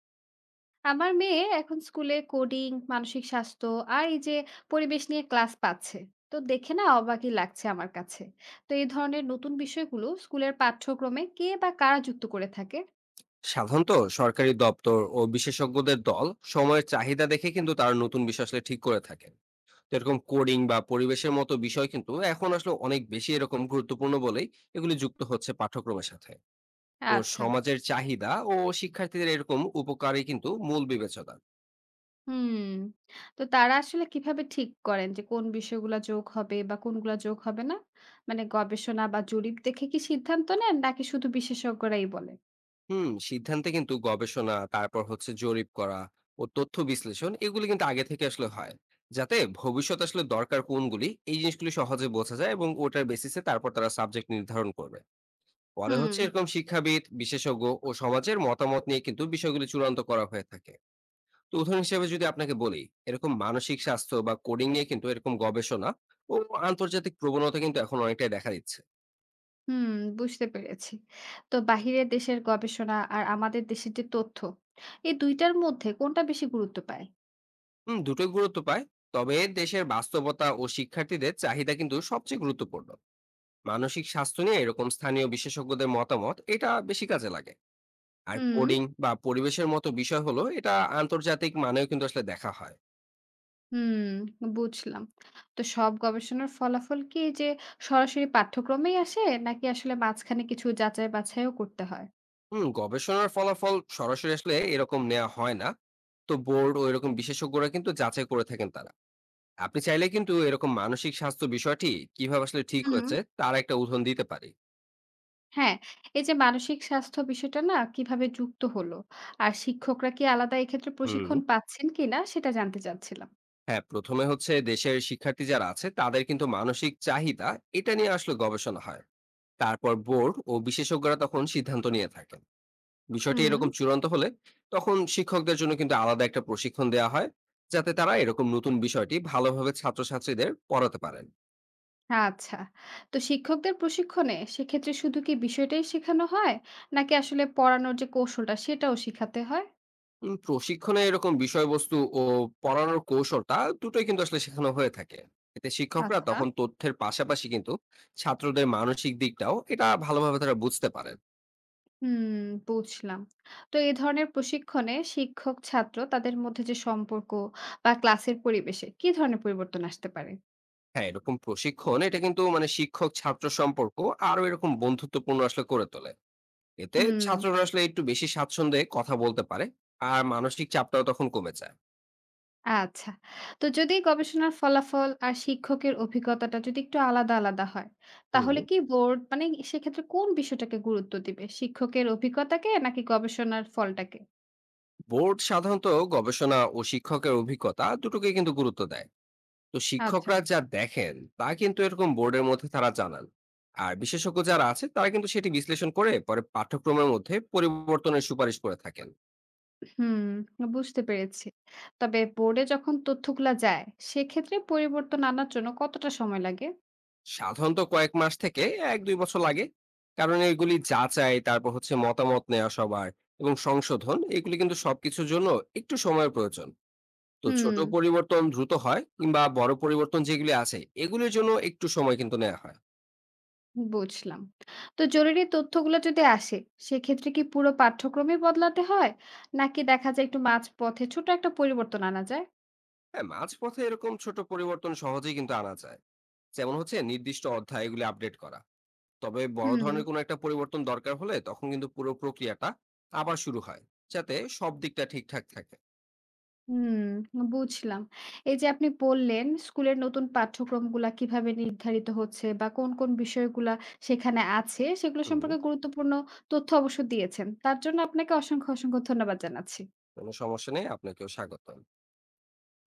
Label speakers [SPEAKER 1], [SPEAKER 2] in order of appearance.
[SPEAKER 1] আমার মেয়ে এখন স্কুলে কোডিং মানসিক স্বাস্থ্য আর এই যে পরিবেশ নিয়ে ক্লাস পাচ্ছে। তো দেখে না অবাকই লাগছে আমার কাছে। তো এই ধরনের নতুন বিষয়গুলো স্কুলের পাঠ্যক্রমে কে বা কারা যুক্ত করে থাকে?
[SPEAKER 2] সাধারণত সরকারি দপ্তর ও বিশেষজ্ঞদের দল সময়ের চাহিদা দেখে কিন্তু তারা নতুন বিষয় আসলে ঠিক করে থাকেন। তো এরকম কোডিং বা পরিবেশের মতো বিষয় কিন্তু এখন আসলে অনেক বেশি এরকম গুরুত্বপূর্ণ বলেই এগুলি যুক্ত হচ্ছে পাঠ্যক্রমের সাথে। তো
[SPEAKER 1] আচ্ছা।
[SPEAKER 2] সমাজের চাহিদা ও শিক্ষার্থীদের এরকম উপকারই কিন্তু মূল বিবেচনা।
[SPEAKER 1] হুম। তো তারা আসলে কিভাবে ঠিক করেন যে কোন বিষয়গুলো যোগ হবে বা কোনগুলো যোগ হবে না? মানে গবেষণা বা জরিপ দেখে কি সিদ্ধান্ত নেন নাকি শুধু বিশেষজ্ঞরাই বলে?
[SPEAKER 2] হুম, সিদ্ধান্তে কিন্তু গবেষণা, তারপর হচ্ছে জরিপ করা ও তথ্য বিশ্লেষণ, এগুলি কিন্তু আগে থেকে আসলে হয়, যাতে ভবিষ্যৎ আসলে দরকার কোনগুলি এই জিনিসগুলি সহজে বোঝা যায়, এবং ওটার বেসিসে তারপর তারা সাবজেক্ট নির্ধারণ করবে। পরে
[SPEAKER 1] হুম।
[SPEAKER 2] হচ্ছে এরকম শিক্ষাবিদ, বিশেষজ্ঞ ও সমাজের মতামত নিয়ে কিন্তু বিষয়গুলি চূড়ান্ত করা হয়ে থাকে। তো উদাহরণ হিসেবে যদি আপনাকে বলি, এরকম মানসিক স্বাস্থ্য বা কোডিং নিয়ে কিন্তু এরকম গবেষণা ও আন্তর্জাতিক প্রবণতা কিন্তু এখন অনেকটাই দেখা দিচ্ছে।
[SPEAKER 1] হুম, বুঝতে পেরেছি। তো বাহিরের দেশের গবেষণা আর আমাদের দেশের যে তথ্য, এই ২ টার মধ্যে কোনটা বেশি গুরুত্ব পায়?
[SPEAKER 2] হুম, দুটোই গুরুত্ব পায়। তবে দেশের বাস্তবতা ও শিক্ষার্থীদের চাহিদা কিন্তু সবচেয়ে গুরুত্বপূর্ণ। মানসিক স্বাস্থ্য নিয়ে এরকম স্থানীয় বিশেষজ্ঞদের মতামত এটা বেশি কাজে লাগে। আর
[SPEAKER 1] হুম,
[SPEAKER 2] কোডিং বা পরিবেশের মতো বিষয় হলো এটা আন্তর্জাতিক মানেও কিন্তু আসলে দেখা হয়।
[SPEAKER 1] হুম, বুঝলাম। তো সব গবেষণার ফলাফল কি এই যে সরাসরি পাঠ্যক্রমেই আসে নাকি আসলে মাঝখানে কিছু যাচাই বাছাইও করতে হয়?
[SPEAKER 2] হুম, গবেষণার ফলাফল সরাসরি আসলে এরকম নেওয়া হয় না। তো বোর্ড ও এরকম বিশেষজ্ঞরা কিন্তু যাচাই করে থাকেন। তারা, আপনি চাইলে কিন্তু এরকম মানসিক স্বাস্থ্য বিষয়টি কিভাবে আসলে ঠিক
[SPEAKER 1] হুম,
[SPEAKER 2] হয়েছে তার একটা উদাহরণ দিতে পারি।
[SPEAKER 1] হ্যাঁ, এই যে মানসিক স্বাস্থ্য বিষয়টা না কিভাবে যুক্ত হলো? আর শিক্ষকরা কি আলাদা এক্ষেত্রে
[SPEAKER 2] হুম,
[SPEAKER 1] প্রশিক্ষণ পাচ্ছেন কিনা সেটা জানতে চাচ্ছিলাম।
[SPEAKER 2] হ্যাঁ, প্রথমে হচ্ছে দেশের শিক্ষার্থী যারা আছে তাদের কিন্তু মানসিক চাহিদা, এটা নিয়ে আসলে গবেষণা হয়। তারপর বোর্ড ও বিশেষজ্ঞরা তখন সিদ্ধান্ত নিয়ে থাকেন। বিষয়টি
[SPEAKER 1] হুম।
[SPEAKER 2] এরকম চূড়ান্ত হলে তখন শিক্ষকদের জন্য কিন্তু আলাদা একটা প্রশিক্ষণ দেওয়া হয়, যাতে তারা এরকম নতুন বিষয়টি ভালোভাবে ছাত্রছাত্রীদের পড়াতে পারেন।
[SPEAKER 1] আচ্ছা। তো শিক্ষকদের প্রশিক্ষণে সেক্ষেত্রে শুধু কি বিষয়টাই শেখানো হয়? নাকি আসলে পড়ানোর যে কৌশলটা সেটাও শিখাতে হয়?
[SPEAKER 2] প্রশিক্ষণে এরকম বিষয়বস্তু ও পড়ানোর কৌশলটা, দুটোই কিন্তু আসলে শেখানো হয়ে থাকে। এতে শিক্ষকরা
[SPEAKER 1] আচ্ছা।
[SPEAKER 2] তখন তথ্যের পাশাপাশি কিন্তু ছাত্রদের মানসিক দিকটাও এটা ভালোভাবে তারা বুঝতে পারেন।
[SPEAKER 1] হুম, বুঝলাম। তো এ ধরনের প্রশিক্ষণে শিক্ষক ছাত্র তাদের মধ্যে যে সম্পর্ক বা ক্লাসের পরিবেশে কি ধরনের পরিবর্তন আসতে পারে?
[SPEAKER 2] হ্যাঁ, এরকম প্রশিক্ষণ এটা কিন্তু মানে শিক্ষক ছাত্র সম্পর্ক আরো এরকম বন্ধুত্বপূর্ণ আসলে করে তোলে। এতে
[SPEAKER 1] হুম,
[SPEAKER 2] ছাত্ররা আসলে একটু বেশি স্বাচ্ছন্দ্যে কথা বলতে পারে, আর মানসিক চাপটাও তখন কমে যায়।
[SPEAKER 1] আচ্ছা। তো যদি গবেষণার ফলাফল আর শিক্ষকের অভিজ্ঞতাটা যদি একটু আলাদা, আলাদা হয়, তাহলে
[SPEAKER 2] হুম,
[SPEAKER 1] কি বোর্ড মানে সেক্ষেত্রে কোন বিষয়টাকে গুরুত্ব দিবে? শিক্ষকের অভিজ্ঞতাকে নাকি গবেষণার ফলটাকে?
[SPEAKER 2] বোর্ড সাধারণত গবেষণা ও শিক্ষকের অভিজ্ঞতা দুটোকে কিন্তু গুরুত্ব দেয়। তো
[SPEAKER 1] আচ্ছা।
[SPEAKER 2] শিক্ষকরা যা দেখেন তা কিন্তু এরকম বোর্ডের মধ্যে তারা জানান। আর বিশেষজ্ঞ যারা আছে তারা কিন্তু সেটি বিশ্লেষণ করে পরে পাঠ্যক্রমের মধ্যে পরিবর্তনের সুপারিশ করে থাকেন।
[SPEAKER 1] হুম, বুঝতে পেরেছি। তবে বোর্ডে যখন তথ্যগুলা যায়, সেক্ষেত্রে পরিবর্তন আনার জন্য কতটা সময় লাগে?
[SPEAKER 2] সাধারণত কয়েক মাস থেকে এক দুই বছর লাগে, কারণ এগুলি যাচাই, তারপর হচ্ছে মতামত নেওয়া সবার এবং সংশোধন, এগুলি কিন্তু সবকিছুর জন্য একটু সময়ের প্রয়োজন। তো ছোট
[SPEAKER 1] হুম,
[SPEAKER 2] পরিবর্তন দ্রুত হয়, কিংবা বড় পরিবর্তন যেগুলি আছে এগুলির জন্য একটু সময় কিন্তু নেওয়া হয়।
[SPEAKER 1] বুঝলাম। তো জরুরি তথ্যগুলো যদি আসে, সেক্ষেত্রে কি পুরো পাঠ্যক্রমই বদলাতে হয়? নাকি দেখা যায় একটু মাঝপথে ছোট একটা পরিবর্তন আনা যায়?
[SPEAKER 2] হ্যাঁ, মাঝপথে এরকম ছোট পরিবর্তন সহজেই কিন্তু আনা যায়, যেমন হচ্ছে নির্দিষ্ট অধ্যায় এগুলি আপডেট করা। তবে বড়
[SPEAKER 1] হুম।
[SPEAKER 2] ধরনের কোনো একটা পরিবর্তন দরকার হলে তখন কিন্তু পুরো প্রক্রিয়াটা আবার শুরু হয়, যাতে সব দিকটা ঠিকঠাক থাকে।
[SPEAKER 1] হুম, বুঝলাম। এই যে আপনি বললেন, স্কুলের নতুন পাঠ্যক্রমগুলা কিভাবে নির্ধারিত হচ্ছে বা কোন, কোন বিষয়গুলা সেখানে আছে, সেগুলো
[SPEAKER 2] হুম।
[SPEAKER 1] সম্পর্কে গুরুত্বপূর্ণ তথ্য অবশ্য দিয়েছেন। তার জন্য আপনাকে অসংখ্য, অসংখ্য ধন্যবাদ জানাচ্ছি।
[SPEAKER 2] কোনো সমস্যা নেই। আপনাকেও স্বাগতম।